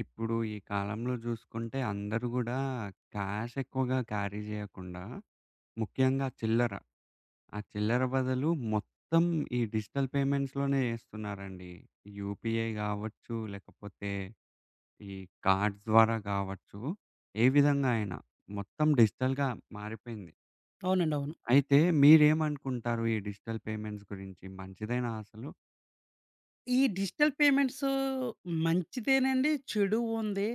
ఇప్పుడు ఈ కాలంలో జూసుకుంటే అందరూ గూడా క్యాష్ ఎక్కువగా క్యారీ జేయకుండా, ముఖ్యంగా చిల్లర. ఆ చిల్లర బదులు మొత్తం ఈ డిజిటల్ పేమెంట్స్‌లోనే జేస్తున్నారండి. యూపీఐ గావచ్చు, లేకపోతే ఈ కార్డ్స్ ద్వారా గావచ్చు, ఏ విధంగా అయినా మొత్తం డిజిటల్‌గా మారిపోయింది. అవునండి. అవును. అయితే మీరేమనుకుంటారు ఈ డిజిటల్ పేమెంట్స్ గురించి? మంచిదేనా అసలు? ఈ డిజిటల్ పేమెంట్స్ మంచిదేనండి, చెడు ఉంది.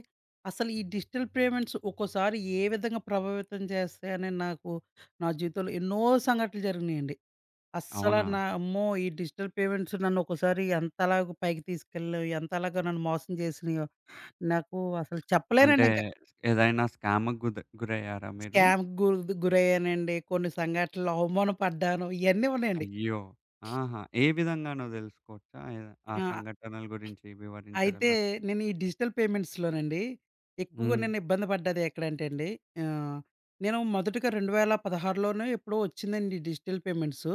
అసలు ఈ డిజిటల్ పేమెంట్స్ ఒక్కోసారి ఏ విధంగా ప్రభావితం చేస్తాయని నాకు నా జీవితంలో ఎన్నో సంఘటనలు జరిగినాయండి. అస్సలు అవునా? నా అమ్మో! ఈ డిజిటల్ పేమెంట్స్ నన్ను ఒక్కోసారి ఎంతలాగా పైకి తీసుకెళ్ళినవి, ఎంతలాగా నన్ను మోసం చేసినాయో నాకు అసలు అంటే చెప్పలేనండి ఇంక. ఏదైనా స్కామ్‌కి గురయ్యారా మీరు? స్కామ్‌కి గు గురయ్యానండి. కొన్ని సంఘటనలు అవమానపడ్డాను. ఇయన్నీ ఉన్నాయండి. అయ్యో! ఆహా! ఏ విధంగానో తెలుసుకోవచ్చా? ఆ ఆ! సంఘటనల గురించి అయితే వివరించగలరా? నేను ఈ డిజిటల్ పేమెంట్స్‌లోనండి ఎక్కువగా హ్మ్. నేను ఇబ్బంది పడ్డది ఎక్కడంటే అండి, ఆహ్, నేను మొదటగా 2016లోనో ఎప్పుడో వచ్చిందండి ఈ డిజిటల్ పేమెంట్స్.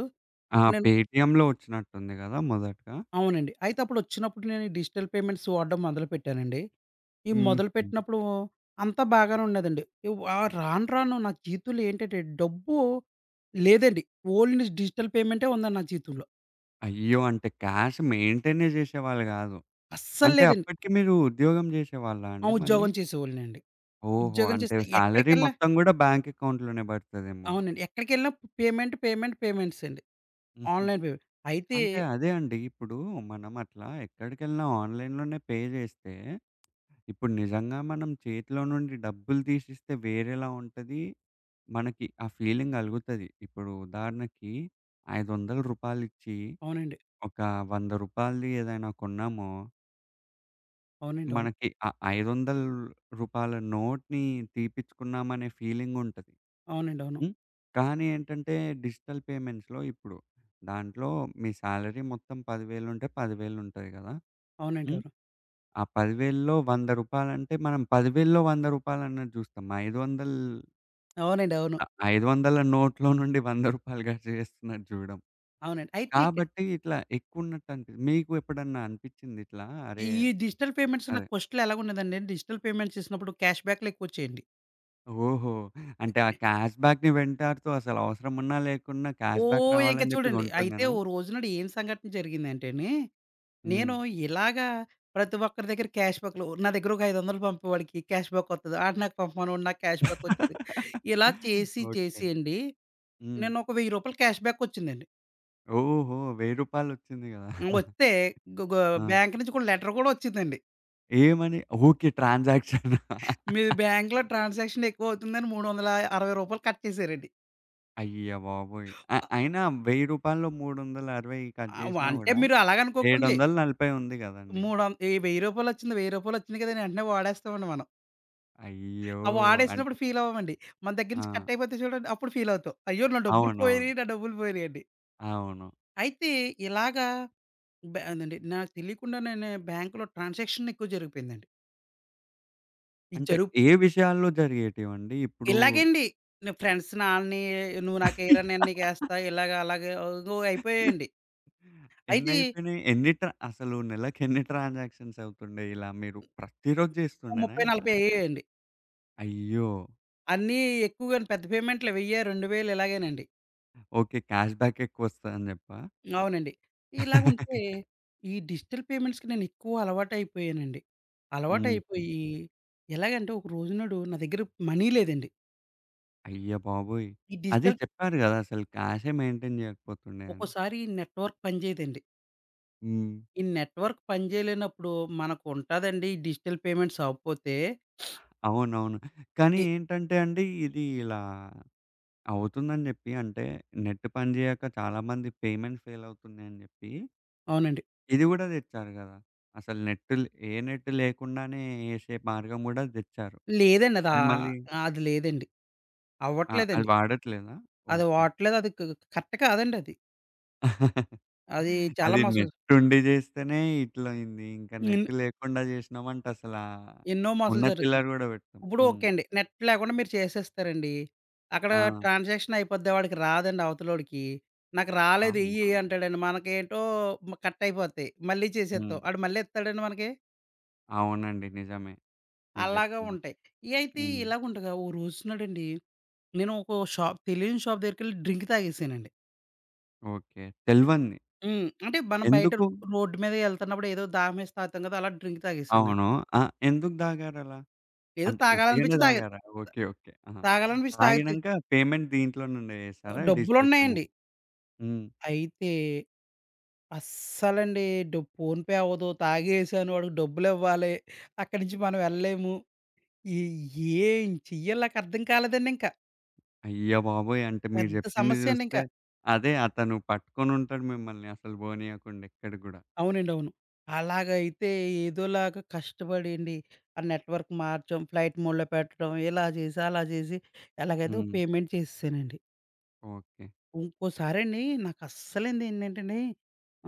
ఆ! అప్పుడు నేను పేటీఎంలో వచ్చినట్టుంది గదా! మొదటగా. అవునండి. అయితే అప్పుడు వచ్చినప్పుడు నేను ఈ డిజిటల్ పేమెంట్స్ వాడడం మొదలుపెట్టానండి. ఈ హుహు. మొదలుపెట్టినప్పుడు అంతా బాగానే ఉన్నదండి. రాను రాను నా జీవితంలో ఏంటంటే డబ్బు లేదండి. ఓన్లీ డిజిటల్ పేమెంటే ఉందండి నా జీవితంలో. అయ్యో! అంటే క్యాష్ మెయింటైనే చేసేవాళ్ళు గాదు. అస్సలు అంటే లేదండి. అప్పటికి మీరు ఉద్యోగం చేసేవాళ్ళా ఆ! అండి మళ్ళీ? ఉద్యోగం చేసేవాడినండి. ఓహో! ఉద్యోగం అంటే చేస్తే సాలరీ ఎక్కడికెళ్ళా మొత్తం గూడా బ్యాంక్ అకౌంట్‌లోనే పడతదేమో. అవునండి. ఎక్కడికెళ్ళినా పేమెంట్, పేమెంట్, పేమెంట్స్ అండి. హుహు. Online payment. అయితే అంటే అదే అండి. ఇప్పుడు మనం అట్లా ఎక్కడికెళ్ళినా ఆన్‌లైన్‌లోనే పే చేస్తే, ఇప్పుడు నిజంగా మనం చేతిలో నుండి డబ్బులు తీసిస్తే వేరేలా ఉంటది. మనకి ఆ ఫీలింగ్ కలుగుతది. ఇప్పుడు ఉదాహరణకి రూ. 500 ఇచ్చి, అవునండి. ఒక రూ. 100ది ఏదైనా కొన్నామో, అవునండి. అవును. మనకి ఆ రూ. 500 నోట్‌ని తీపిచ్చుకున్నామనే ఫీలింగ్ ఉంటది. అవునండి. అవును. హ్మ్. కానీ ఏంటంటే డిజిటల్ పేమెంట్స్‌లో ఇప్పుడు దాంట్లో మీ సాలరీ మొత్తం 10,000 ఉంటే 10,000 ఉంటది కదా! అవునండి. హ్మ్. అవును. ఆ 10,000లో రూ. 100 అంటే మనం 10,000లో రూ. 100 అన్నది చూస్తాం. 500 అవునండి. అవును. ఆ 500 నోట్‌లో నుండి రూ. 100 కట్ చేస్తున్నట్టు చూడం. అవునండి. అయితే ఇక కాబట్టి ఇట్లా ఎక్కువున్నట్టు అనిపిచ్చింది. మీకు ఎప్పుడన్నా అనిపిచ్చింది ఇట్లా అరే! ఈ డిజిటల్ పేమెంట్స్ అదే. నాకు ఫస్ట్‌లో ఎలాగుండేదంటే డిజిటల్ పేమెంట్స్ చేసినప్పుడు క్యాష్ బ్యాక్‌లు ఎక్కువొచ్చేయండి. ఓహో! అంటే ఆ క్యాష్ బ్యాక్‌ని వెంటాడుతూ అసలు అవసరం ఉన్నా లేకున్నా క్యాష్ బ్యాక్ ఓహ్! ఇంక రావాలని జెప్పి చూడండి. అయితే కొంటుండేనా? ఓ రోజు నాడు ఏం సంఘటన జరిగిందంటేని, హ్మ్. నేను ఇలాగా ప్రతి ఒక్కరి దగ్గర క్యాష్ బ్యాక్‌లు నా దగ్గర ఒక 500 పంపేవాడికి క్యాష్ బ్యాక్ వత్తది. ఆడు నాకు పంపమనేవాడు నాకు క్యాష్ బ్యాక్ వచ్చేది. ఇలా చేసి ఓకే. చేసి అండి హ్మ్. నేను ఒక రూ. 1000 క్యాష్ బ్యాక్ వచ్చిందండి. ఓహో! రూ. 1000 ఒచ్చింది గదా! హ్మ్. వస్తే గు గు ఆ! బ్యాంక్ నుంచి కూడా లెటర్ కూడా వచ్చిందండి. ఏమని? ఓకే. ట్రాన్సాక్షనా? మీ బ్యాంక్‌లో ట్రాన్సాక్షన్ ఎక్కువ అవుతుందని రూ. 360 కట్ చేశారండి. అయ్య బాబోయ్! అ అయినా రూ. 1000లో 360 కట్ జేసినా అంటే గూడా మీరు అలాగనుకోకండి. 740 ఉంది గదండీ! ఈ రూ. 1000 వచ్చింది, రూ. 1000 వచ్చింది కదని వెంటనే వాడేస్తామండి మనం. అయ్యో! ఆ అంటే వాడేసినప్పుడు ఫీల్ అవ్వమండి. మన దగ్గర నుంచి ఆ! కట్ అయిపోతే చూడండి అప్పుడు ఫీల్ అవుతాం. అయ్యో! నా డబ్బులు అవునవును. పోయినాయి, నా డబ్బులు పోయినాయి అని. అవును. అయితే ఇలాగా అదండి నాకు తెలియకుండా నేను బ్యాంక్‌లో ట్రాన్సాక్షన్ ఎక్కువ జరిగిపోయిందండి. ఇది అంటే జరుగు ఏ విషయాల్లో జరిగేటివండి? ఇప్పుడు ఇలాగేండి. నేను ఫ్రెండ్స్ నాన్ని నువ్వు నాకేయరా నేను నీకేస్తా ఇలాగ అలాగే ఓ అయిపోయాయండి. అయితే ఎన్నయిపోయినయి? ఎన్ని అసలు నెలకెన్ని ట్రాన్సాక్షన్స్ అవుతుండే ఇలా మీరు ప్రతిరోజు ఓ చేస్తుండేనా 30, ఇట్లా? 40 అయ్యేయండి. అయ్యో! అన్నీ ఎక్కువగాని పెద్ద పేమెంట్‌లు వెయ్య, 2000 ఇలాగేనండి. ఓకే. క్యాష్ బ్యాక్ ఎక్కువొస్తదని జెప్పా? అవునండి. ఇలాగుంటే ఈ డిజిటల్ పేమెంట్స్‌కి నేను ఎక్కువ అలవాటయిపోయానండి. హుహు. అలవాటయిపోయి ఎలాగంటే ఒక రోజునాడు నా దగ్గర మనీ లేదండి. అయ్య బాబోయ్! ఈ అదే డిజిటల్ చెప్పారు గదా! అసలు క్యాషే మెయింటైన్ జేయకపోతుండే అని. ఒక్కోసారి నెట్‌వర్క్ పని చేయదండి. హ్మ్. ఈ నెట్‌వర్క్ పని చేయలేనప్పుడు మనకుంటాదండి ఈ డిజిటల్ పేమెంట్స్ అవ్వకపోతే అవునవును. కానీ ఎ ఏంటంటే అండి ఇది ఇలా అవుతుందని జెప్పి అంటే నెట్ పని జేయక చాలా మంది పేమెంట్ ఫెయిల్ అవుతున్నాయని జెప్పి అవునండి. ఇది గూడా తెచ్చారు గదా! అసలు నెట్ ఏ నెట్ లేకుండానే ఏసే మార్గం గూడా తెచ్చారు. లేదండి. అది మళ్ళీ అది లేదండి. ఆ! అది అవ్వట్లేదండి. వాడట్లేదా? అది ఓకే. వాడట్లేదు. అది క కరెక్ట్ కాదండి అది. అది చాలా అది మోసాలు నెట్ ఉండి జేస్తేనే ఇట్లయింది. ఇంకా ఎన్ నెట్ లేకుండా జేసినామంటే అసలా ఎన్నో మోసాలు ఉన్న చిల్లర జరుగుతున్నాయి. గూడా పెట్టం. ఇప్పుడు హ్మ్. ఓకే అండి. నెట్ లేకుండా మీరు చేసేస్తారండి. అక్కడ ఆ! ట్రాన్సాక్షన్ అయిపోద్ది. వాడికి రాదండి అవతలోడికి. నాకు రాలేదు ఇయ్యి అవునా! అంటాడండి. మనకేంటో కట్ అయిపోతాయి. మళ్ళీ చేసేత్తాం. హ్మ్. ఆడు మళ్ళీ ఇత్తాడండి మనకి. అవునండి. నిజమే. మీరు అలాగా జెప్పింది. ఉంటాయి. ఇయైతే హ్మ్. ఇలాగుండగా ఓ రోజునాడండి నేను ఒక షాప్ తెలియని షాప్ దగ్గరికెళ్ళి డ్రింక్ తాగేసానండి. ఓకే. తెల్వంది. హ్మ్. అంటే మనం బయట ఎందుకు? రోడ్డు మీద ఎళ్తున్నప్పుడు ఏదో దాహమేసి తాగుతాం కదా! అలా డ్రింక్ తాగేసాను నేను. అవును. ఆ! ఎందుకు దాగారలా? ఏదో అంటే ఉట్టిగానే తాగాలనిపించి తాగాను. తాగారా? ఓకే. ఓకే. ఆహా! తాగాలనిపించి తాగితే తాగినంక పేమెంట్ దీంట్లో నుండే చేసారా? డిజిటల్ డబ్బులున్నాయండి. పేమెంట్. హ్మ్. అయితే అస్సలండి ఫోన్‌పే అవ్వదు. తాగేసాను. వాడికి డబ్బులివ్వాలి. అక్కడి నుంచి మనం వెళ్ళలేము. ఏ ఏం చెయ్యాలో నాకర్థం కాలేదండి ఇంక. అయ్య బాబోయ్! అంటే మీరు పెద్ద జెప్పింది సమస్య అండి ఇంక. జూస్తే అదే అతను పట్టుకొనుంటాడు మిమ్మల్ని అసలు బోనీయకుండా ఎక్కడికి గూడా. అవునండి. అవును. అలాగైతే ఏదోలాగా కష్టపడి అండి ఆ నెట్‌వర్క్ మార్చడం, ఫ్లైట్ మోడ్‌లో పెట్టడం ఇలా చేసి, అలా చేసి ఎలాగైతే హ్మ్. పేమెంట్ చేసేసానండి. ఓకే. ఇంకోసారండి నాకస్సలైంది ఏంటంటేండి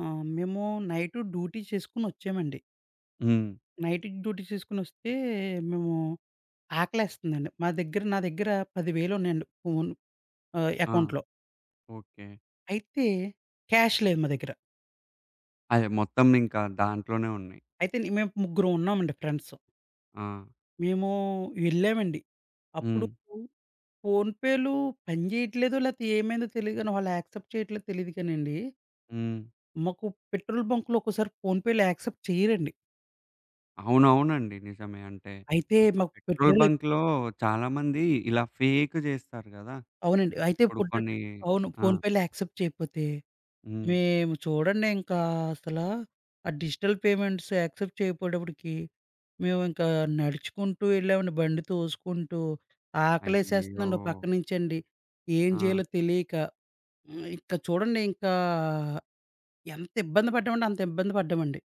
మేము నైటు డ్యూటీ చేసుకొని వచ్చామండి. హ్మ్. నైట్ డ్యూటీ చేసుకొనొస్తే మేము ఆకలేస్తుందండి. మా దగ్గర నా దగ్గర 10,000 ఉన్నాయండి ఆ! అకౌంట్‌లో. ఓకే. అయితే క్యాష్ లేదు మా దగ్గర. అదే మొత్తం ఇంకా దాంట్లోనే ఉన్నాయి. అయితే నే- మేము ముగ్గురం ఉన్నామండి ఫ్రెండ్స్. ఆ! మేము వెళ్ళామండి. అప్పుడు హ్మ్. ఫోన్‌పేలు పని చేయట్లేదో లేతే ఏమైందో తెలీదు గానీ వాళ్ళు యాక్సెప్ట్ చేయట్లేదో తెలీదు కానండి. హ్మ్. మాకు పెట్రోల్ బంక్‌లో ఒక్కోసారి ఫోన్‌పేలు యాక్సెప్ట్ చేయరండి. అవునవునండి. నిజమే. అంటే అయితే ఆ మాకు పెట్రోల్ పెట్రోల్ బంక్‌లో చాలామంది ఇలా ఫేక్ జేస్తారు గదా! అవునండి. అయితే ఇప్పుడు ఫుడ్ కొన్ని అవును. ఆ! ఫోన్‌పేలో యాక్సెప్ట్ చేయకపోతే, హ్మ్. మేము చూడండి ఇంకా అసలా, ఆ డిజిటల్ పేమెంట్స్ యాక్సెప్ట్ చేయకపోయేటప్పటికి, మేమింకా నడుచుకుంటూ వెళ్ళామండి బండి తోసుకుంటూ. అయ్యో! ఆకలేసేస్తుందండి ఓ పక్క నుంచండి. ఏం ఆ! చేయాలో తెలియక, హ్మ్. ఇంక చూడండి ఇంకా ఎంత ఇబ్బంది పడ్డామంటే అంత ఇబ్బంది పడ్డామండి.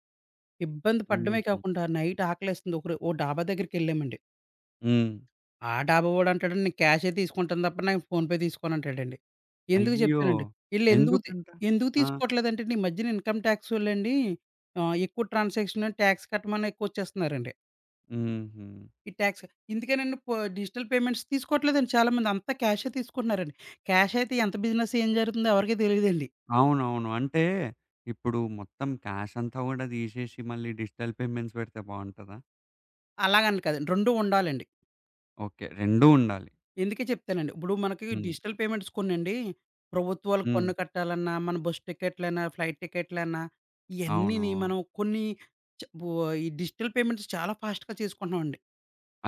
ఇబ్బంది పడడమే హుహు. కాకుండా నైట్ ఆకలేస్తుంది. ఒకరు ఓ డాబా దగ్గరికెళ్ళామండి. హ్మ్. ఆ డాబా వోడంటాడండి నేను క్యాషే తీసుకుంటాను తప్ప నాకు ఫోన్‌పే తీసుకోనంటాడండి. ఎందుకు అయ్యో! చెప్తానండి, ఈళ్ళెందుకు తీ ఎందుకంట? ఎందుకు ఆ! తీసుకోవట్లేదంటేండి ఈ మధ్యన ఇన్‌కమ్ టాక్సోళ్ళండి ఎక్కువ ట్రాన్సాక్షన్ టాక్స్ కట్టమని ఎక్కువచ్చేస్తున్నారండి. హుహు. ఈ టాక్స్ ఇందుకేనండి డిజిటల్ పేమెంట్స్ తీసుకోవట్లేదండి చాలామంది. అంతా క్యాషే తీసుకుంటున్నారండి. క్యాష్ అయితే ఎంత బిజినెస్ ఏం జరుగుతుందో ఎవరికీ తెలీదండి. అవునవును. అంటే ఇప్పుడు మొత్తం క్యాష్ అంతా గూడా తీసేసి మళ్ళీ డిజిటల్ పేమెంట్స్ పెడితే బావుంటదా? అలాగని కాదండి. 2 ఉండాలండి. ఓకే. 2 ఉండాలి. ఇందుకే చెప్తానండి. ఇప్పుడు మనకి హ్మ్. డిజిటల్ పేమెంట్స్ కొన్నండి, ప్రభుత్వాలకు హ్మ్. పన్ను కట్టాలన్నా, మన బస్ టికెట్లన్నా, ఫ్లైట్ టికెట్లన్నా, అవును. ఇయన్నీని మనం కొన్ని చ బో ఈ డిజిటల్ పేమెంట్స్ చాలా ఫాస్ట్‌గా చేసుకుంటున్నామండి.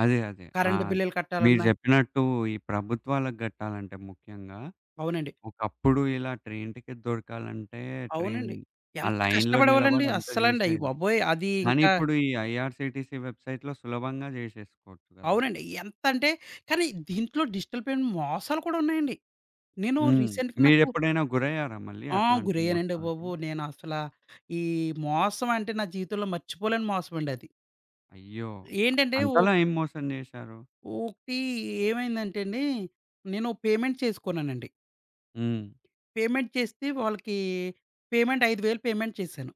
అదే. అదే. ఆ! కరెంట్ బిల్లులు మీరు కట్టాలన్నా జెప్పినట్టు ఈ ప్రభుత్వాలకు గట్టాలంటే ముఖ్యంగా అవునండి. ఒకప్పుడు ఇలా ట్రైన్ టికెట్ దొరకాలంటే ట్రైన్ అవునండి. ఆ ఎంత లైన్‌లో కష్టపడేవాళ్ళండి నిలబడి అంతా అస్సలండి. అయ్య జేసేది. బాబోయ్! అది కానీ ఇంకా ఇప్పుడు ఈ ఐఆర్‌సీటీసీ వెబ్‌సైట్‌లో సులభంగా జేసేసుకోవచ్చు గదా! అవునండి. ఎంతంటే కానీ దీంట్లో డిజిటల్ పేమెంట్ మోసాలు కూడా ఉన్నాయండి. నేను హ్మ్. రీసెంట్‌గా నాకు మీరెప్పుడైనా గురయ్యారా మళ్ళీ ఆ! అట్లాంటి గురయ్యానండి మోసాలకి? బాబు. నేను అసల ఈ మోసం అంటే నా జీవితంలో మర్చిపోలేని మోసమండది. అయ్యో! ఏంటంటే ఓ అంతలా ఏం మోసం జేశారు? ఒకటి ఏమైందంటే అండి, నేను పేమెంట్ చేసుకున్నానండి. హ్మ్. పేమెంట్ చేస్తే వాళ్ళకి పేమెంట్ 5,000 పేమెంట్ చేశాను.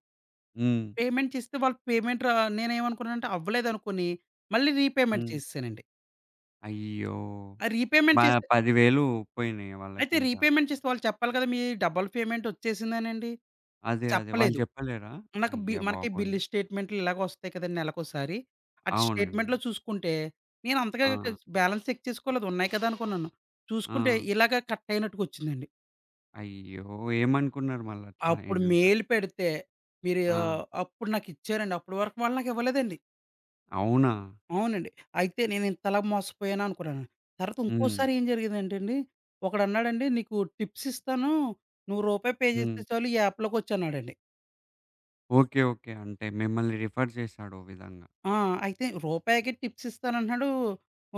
హ్మ్. పేమెంట్ చేస్తే వాళ్ళు పేమెంట్ రా నేనేమనుకున్నానంటే అవ్వలేదనుకోని, మళ్ళీ రీపేమెంట్ హ్మ్. చేసేసానండి. అయ్యో! ఆ రీపేమెంట్ మా చేస్తే 10,000 పోయినాయి అయితే వాళ్ళకింకా. రీపేమెంట్ చేస్తే వాళ్ళు చెప్పాలి కదా! మీ డబుల్ పేమెంట్ వచ్చేసిందనండి. అదే. అదే. వాళ్ళు చెప్పలేదు. జెప్పలేరా? నాకు బి అయ్య మనకి బాబోయ్! బిల్ స్టేట్మెంట్‌లు ఇలాగొస్తాయి కదండీ నెలకోసారి. అటు అవునండి. స్టేట్మెంట్‌లో చూసుకుంటే, నేను అంతగా ఆ! క బ్యాలెన్స్ చెక్ చేసుకోలేదు. ఉన్నాయి కదా! అనుకున్నాను. ఆ! చూసుకుంటే ఇలాగ కట్ అయినట్టుగొచ్చిందండి. అయ్యో! ఏమనుకున్నారు మళ్ళట్లా అప్పుడు అయినంక? మెయిల్ పెడితే మీరు ఆ! ఆహ్, అప్పుడు నాకిచ్చారండి. అప్పటి వరకు వాళ్ళు నాకివ్వలేదండి. అవునా? అవునండి. అయితే నేను ఇంతలా మోసపోయానా అనుకున్నాను. తర్వాత హ్మ్. ఇంకోసారి ఏం జరిగిందంటే అండి, ఒకడన్నాడండి "నీకు టిప్స్ ఇస్తాను. నువ్వు రూపాయి పే హ్మ్. చేస్తే చాలు ఈ యాప్‌లోకొచ్చన్నాడండి." ఓకే. ఓకే. అంటే మిమ్మల్ని రిఫర్ చేశాడో విధంగా. ఆ! అయితే రూపాయికి టిప్స్ ఇస్తానంటున్నాడు.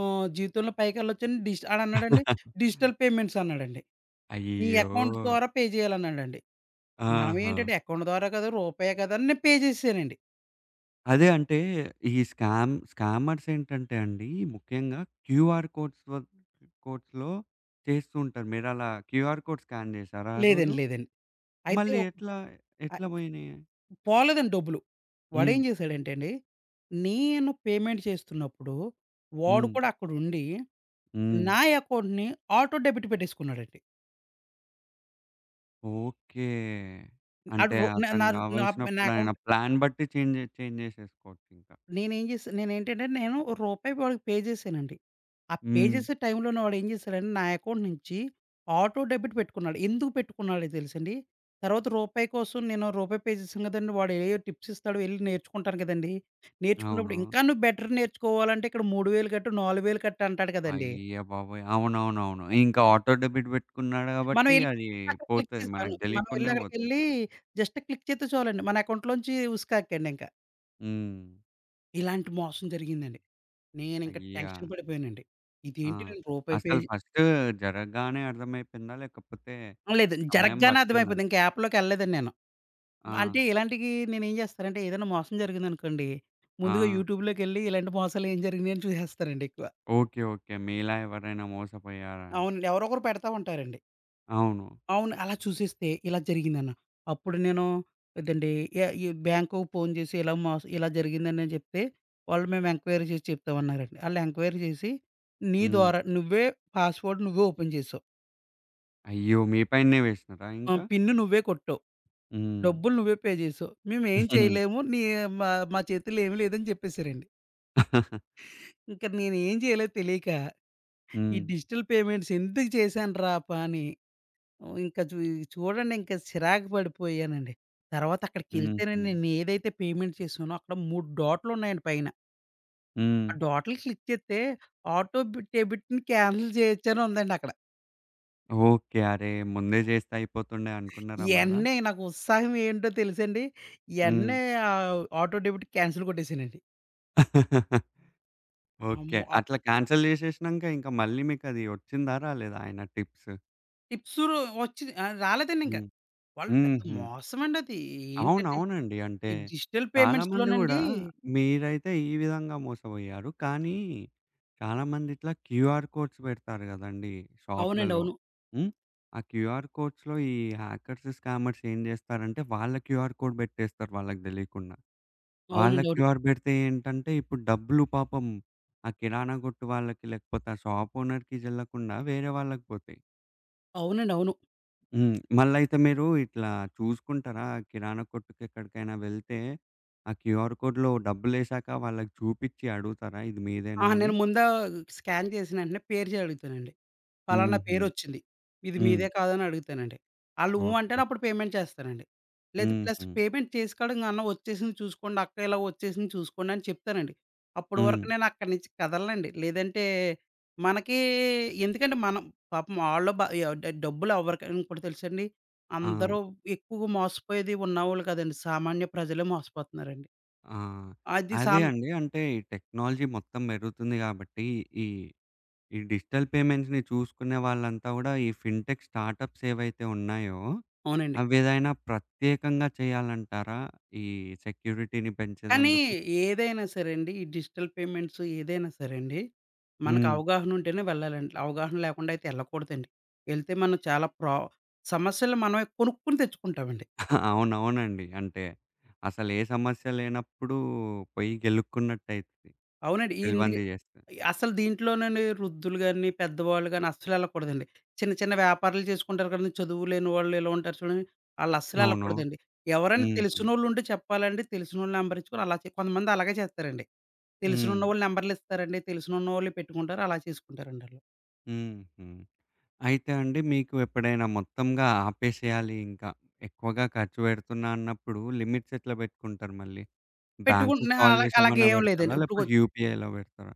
జీవితంలో పైకెళ్ళొచ్చని ఆడన్నాడండి "డిజిటల్ పేమెంట్స్" అన్నాడండి. "నీ అయ్యో! అకౌంట్ ద్వారా పే చేయాలన్నాడండి." మనం ఆహా! ఏంటంటే అకౌంట్ ద్వారా కదా! రూపాయే కదా! అని నేను పే చేసేసానండి. అదే అంటే ఈ స్కామ్ స్కామర్స్ ఏంటంటే అండి ముఖ్యంగా క్యూఆర్ కోడ్స్‌లో చేస్తూ ఉంటారు. మీరలా క్యూఆర్ కోడ్ స్కాన్ చేశారా ఆ లేదండి. రోజు? లేదండి. అయితే మళ్ళీ ఒక ఎట్లా, ఎట్లా పోయినాయి? పోలేదండి డబ్బులు. హ్మ్. వాడేం చేశాడంటే అండి, నేను పేమెంట్ చేస్తున్నప్పుడు వాడు హ్మ్. కూడా అక్కడుండి, హ్మ్. నా అకౌంట్‌ని ఆటో డెబిట్ పెట్టేసుకున్నాడండి. ఓకే. ఆడు అంటే రో నా నా అతనికి నా నా కావాల్సినప్పుడు ఆయన అకౌంట్ ప్లాన్ బట్టి చేంజ్ చేంజ్ చేసేసుకోవచ్చింకా. నేనేం చేశా నేనేంటంటే నేను రూపాయి వాడికి పే చేశానండి. ఆ పే హ్మ్. చేసే టైంలోనే వాడేం చేశాడంటే నా అకౌంట్ నుంచి ఆటో డెబిట్ పెట్టుకున్నాడు. ఎందుకు పెట్టుకున్నాడో తెలుసండి? తర్వాత రూపాయి కోసం నేను రూపాయి పే చేశాను కదండీ! వాడు ఏయో టిప్స్ ఇస్తాడు వెళ్లి నేర్చుకుంటాను కదండీ! నేర్చుకున్నప్పుడు అవును. ఇంకా నువ్వు బెటర్ నేర్చుకోవాలంటే ఇక్కడ 3000 కట్టు, 4000 కట్టు అంటాడు కదండీ! అయ్య బాబోయ్! అవునవునవును. ఇంకా ఆటో డెబిట్ పెట్టుకున్నాడు మనం కాబట్టి ఎళ్లి అది అక్కడ క్లిక్ పోతది. చేసి మనకు అవును. మనం ఎళ్లి తెలియకున్నే పోతది. అక్కడికెళ్ళి జస్ట్ క్లిక్ చేత్తే చాలండి. మన అకౌంట్‌లోంచి ఉసుకాకండింక. హ్మ్. ఇలాంటి మోసం జరిగిందండి. నేనింక అయ్యా! టెన్షన్ పడిపోయానండి. ఆ! ఇదేంటి నేను రూపాయి పే అసలు చే-. ఫస్ట్ జరగగానే అర్థమైపోయిందా? లేకపోతే లేదు సమయం జరగగానే పట్టిందా? అర్థమైపోయింది. ఇంక యాప్‌లోకి ఎళ్ళలేదండి నేను. ఆ! అంటే ఇలాంటికి నేనేం చేస్తానంటే ఏదైనా మోసం జరిగిందనుకోండి, ముందుగా ఆ! యూట్యూబ్‌లోకెళ్ళి ఇలాంటి మోసాలు ఏం జరిగినాయి అని చూసేస్తానండి ఎక్కువ. ఓకే. ఓకే. మీలా ఎవరైనా మోసపోయారా అని. అవునండి. ఎవరో ఒకరు పెడతా ఉంటారండి. అవును. అవును. అలా చూసేస్తే ఇలా జరిగిందన్న. అప్పుడు నేను ఇదండి ఎ ఈ బ్యాంకుకి ఫోను చేసి ఇలా జరిగిందని నేను చెప్తే, వాళ్ళు మేము ఎంక్వైరీ చేసి చెప్తామన్నారండి. ఆళ్ళు ఎంక్వైరీ చేసి, నీ హ్మ్. ద్వారా నువ్వే పాస్‌వర్డ్ నువ్వే ఓపెన్ చేసావు. అయ్యో! మీ పైనే వేసినారా ఆ! ఇంకా? పిన్ నువ్వే కొట్టావు. హ్మ్. డబ్బులు నువ్వే పే చేసావు. మేమేం చేయలేము. నీ మా మా చేతుల్లో ఏమి లేదని చెప్పేసారండి. ఇంక నేనేం చేయాలో తెలియక ఈ హ్మ్. డిజిటల్ పేమెంట్స్ ఎందుకు చేశానురా పాని ఇంక చూ చూడండి ఇంక చిరాకు పడిపోయానండి. తర్వాత హుహు. అక్కడికెళ్తేనండి నేను ఏదైతే పేమెంట్ చేశానో అక్కడ 3 డాట్లున్నాయండి పైన. హ్మ్. ఆ డాట్లు క్లిక్ చేస్తే ఆటో డెబిట్‌ని క్యాన్సిల్ చేయొచ్చని ఉందండి అక్కడ. ఓకే. అరే! ముందే చేస్తే అయిపోతుండే అనుకున్నారా మళ్ళా? యెంటనే నాకు ఉత్సాహం ఏంటో తెలుసండి. హ్మ్. యెంటనే ఆటో డెబిట్ క్యాన్సిల్ కొట్టేసానండి. ఓకే. అమ్మో! అట్లా క్యాన్సెల్ జేసేసినంక ఇంక మళ్ళీ మీకది ఒచ్చిందా? రాలేదా? ఆయన టిప్స్? టిప్స్ రాలేదండి ఇంక. హ్మ్. వాళ్ళు పెద్ద హుహు. మోసమండి అది. ఏంటంటే అవునవునండి. అంటే ఈ డిజిటల్ చాలామంది పేమెంట్స్‌లోనండి గూడా మీరైతే ఈ విధంగా మోసపోయారు. కానీ చాలామంది ఇట్లా క్యూఆర్ కోడ్స్ పెడతారు గదండీ అవునండి. షాప్‌లలో. అవును. హ్మ్. ఆ క్యూఆర్ కోడ్స్‌లో ఈ హ్యాకర్స్, స్కామర్స్ ఏం జేస్తారంటే వాళ్ళ క్యూఆర్ కోడ్ బెట్టేస్తారు వాళ్ళకి దెలీకుండా. వాళ్ళ అవునండి. అవును. క్యూఆర్ బెడితే ఏంటంటే, ఇప్పుడు డబ్బులు పాపం ఆ కిరాణా కొట్టు వాళ్ళకి, లేకపోతే ఆ షాప్ ఓనర్‌కి జెల్లకుండా వేరే వాళ్ళకి పోతాయి. అవునండి. అవును. హ్మ్. మళ్ళయితే మీరు ఇట్లా చూసుకుంటారా? కిరాణా కొట్టుకెక్కడికైనా వెళ్తే, ఆ క్యూఆర్ కోడ్‌లో డబ్బులేశాక వాళ్ళకి చూపిచ్చి అడుగుతారా? ఇది ఆ! మీదేనా అని? నేను ముందా స్కాన్ చేసిన వెంటనే పేరు అడుగుతానండి. పలానా హుహు. పేరొచ్చింది. ఇది హ్మ్. మీదే కాదని అడుగుతానండి. ఆళ్ళు "ఊ" ఓకే. అంటేనే అప్పుడు పేమెంట్ చేస్తానండి. లేదా ప్లస్ హుహు. పేమెంట్ చేసుకోవడం "అన్న వచ్చేసింది చూసుకోండి, అక్క ఇలా వచ్చేసింది చూసుకోండి" అని చెప్తానండి. అప్పటి హ్మ్. వరకు నేను అక్కడి నుంచి కదలనండి. లేదంటే మనకి ఎందుకంటే మనం పాపం ఆళ్ళో బ ఆహ్, డ డబ్బులు ఎవరికైనా ఇంకోటి తెలుసండి. ఆ! అందరూ ఎక్కువగా మోసపోయేది ఉన్నవాళ్ళు కాదండి. సామాన్య ప్రజలే మోసపోతున్నారండి. ఆ! అది అదే సామ్ అండి. అంటే ఈ టెక్నాలజీ మొత్తం పెరుగుతుంది గాబట్టి, ఈ ఈ డిజిటల్ పేమెంట్స్‌ని చూసుకునే వాళ్ళంతా గూడా ఈ ఫిన్‌టెక్ స్టార్టప్స్ ఏవైతే ఉన్నాయో, అవునండి. అవేదైనా ప్రత్యేకంగా చేయాలంటారా? ఈ సెక్యూరిటీని కానీ పెంచేదందుకు? ఏదైనా సరే అండి. ఈ డిజిటల్ పేమెంట్స్ ఏదైనా సరే అండి. మనకు హ్మ్. అవగాహన ఉంటేనే వెళ్ళాలండి. అవగాహన లేకుండా అయితే ఎళ్ళకూడదండి. ఎళ్తే మనం చాలా సమస్యలు మనమే కొనుక్కొని తెచ్చుకుంటామండి. అవునవునండి. అంటే అసలు ఏ సమస్య లేనప్పుడు పోయి గెలుక్కున్నట్టయితది. అవునండి. ఇందుకే తెల్వంది జేస్తే. అసలు దీంట్లోనండి వృద్ధులు గాని, పెద్దవాళ్ళు గాని అస్సలెళ్ళకూడదండి. చిన్న చిన్న వ్యాపారాలు చేసుకుంటారు కదండీ. చదువులేని వాళ్ళు ఇలా ఉంటారు చూడండి. అవును. ఆళ్ళస్సలెళ్ళకూడదండి. ఎవరైనా హుహు. తెలిసినోళ్ళుంటే చెప్పాలండి. తెలిసినోళ్ళ నంబర్ ఇచ్చుకొని అలా చే కొంతమంది అలాగే చేస్తారండి. హ్మ్. తెలిసినున్నోళ్ళ నంబర్‌లిస్తారండి. తెలిసినున్నోళ్ళయి పెట్టుకుంటారు. అలా చేసుకుంటారండి ఆళ్ళు. హుహు. అయితే అండి మీకు ఎప్పుడైనా మొత్తంగా ఆపేసేయాలి ఇంకా. ఎక్కువగా ఖర్చు పెడుతున్నా అన్నప్పుడు లిమిట్స్ ఎట్లా బెట్టుకుంటారు మళ్ళీ? బ్యాంక్‌కి పెట్టుకుంటున్నా కాల్ అలా చేశామన్నా అలాగేం లేదండి. పెడతారా? ఇప్పుడు కొ లేకపోతే యూపీఐలో పెడతారా?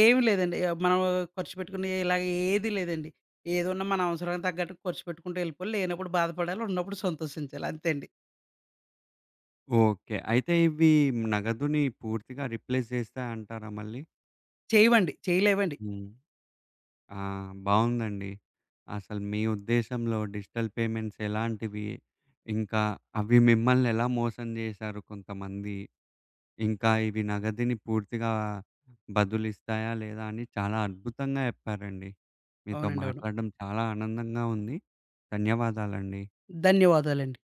ఏమి లేదండి. మనం ఖర్చు పెట్టుకునే ఇలాగ ఏది లేదండి. ఏదున్నా మన అవసరానికి తగ్గట్టు ఖర్చు పెట్టుకుంటూ వెళ్ళిపోవాలి. లేనప్పుడు బాధపడాలి. ఉన్నప్పుడు సంతోషించాలి. అంతే అండి. ఓకే. అయితే ఇవి నగదుని పూర్తిగా రిప్లేస్ చేస్తాయంటారా మళ్ళీ? చేయవండి. చేయలేవండి. హ్మ్. ఆ! బావుందండి. అసలు మీ ఉద్దేశంలో డిజిటల్ పేమెంట్స్ ఎలాంటివి? ఇంకా అవి మిమ్మల్ని ఎలా మోసం చేశారు కొంతమంది? ఇంకా ఇవి నగదుని పూర్తిగా బదులిస్తాయా? లేదా? అని చాలా అద్భుతంగా చెప్పారండి. మీతో అవునండి. అవును. మాట్లాడడం చాలా ఆనందంగా ఉంది. ధన్యవాదాలండి. ధన్యవాదాలండి.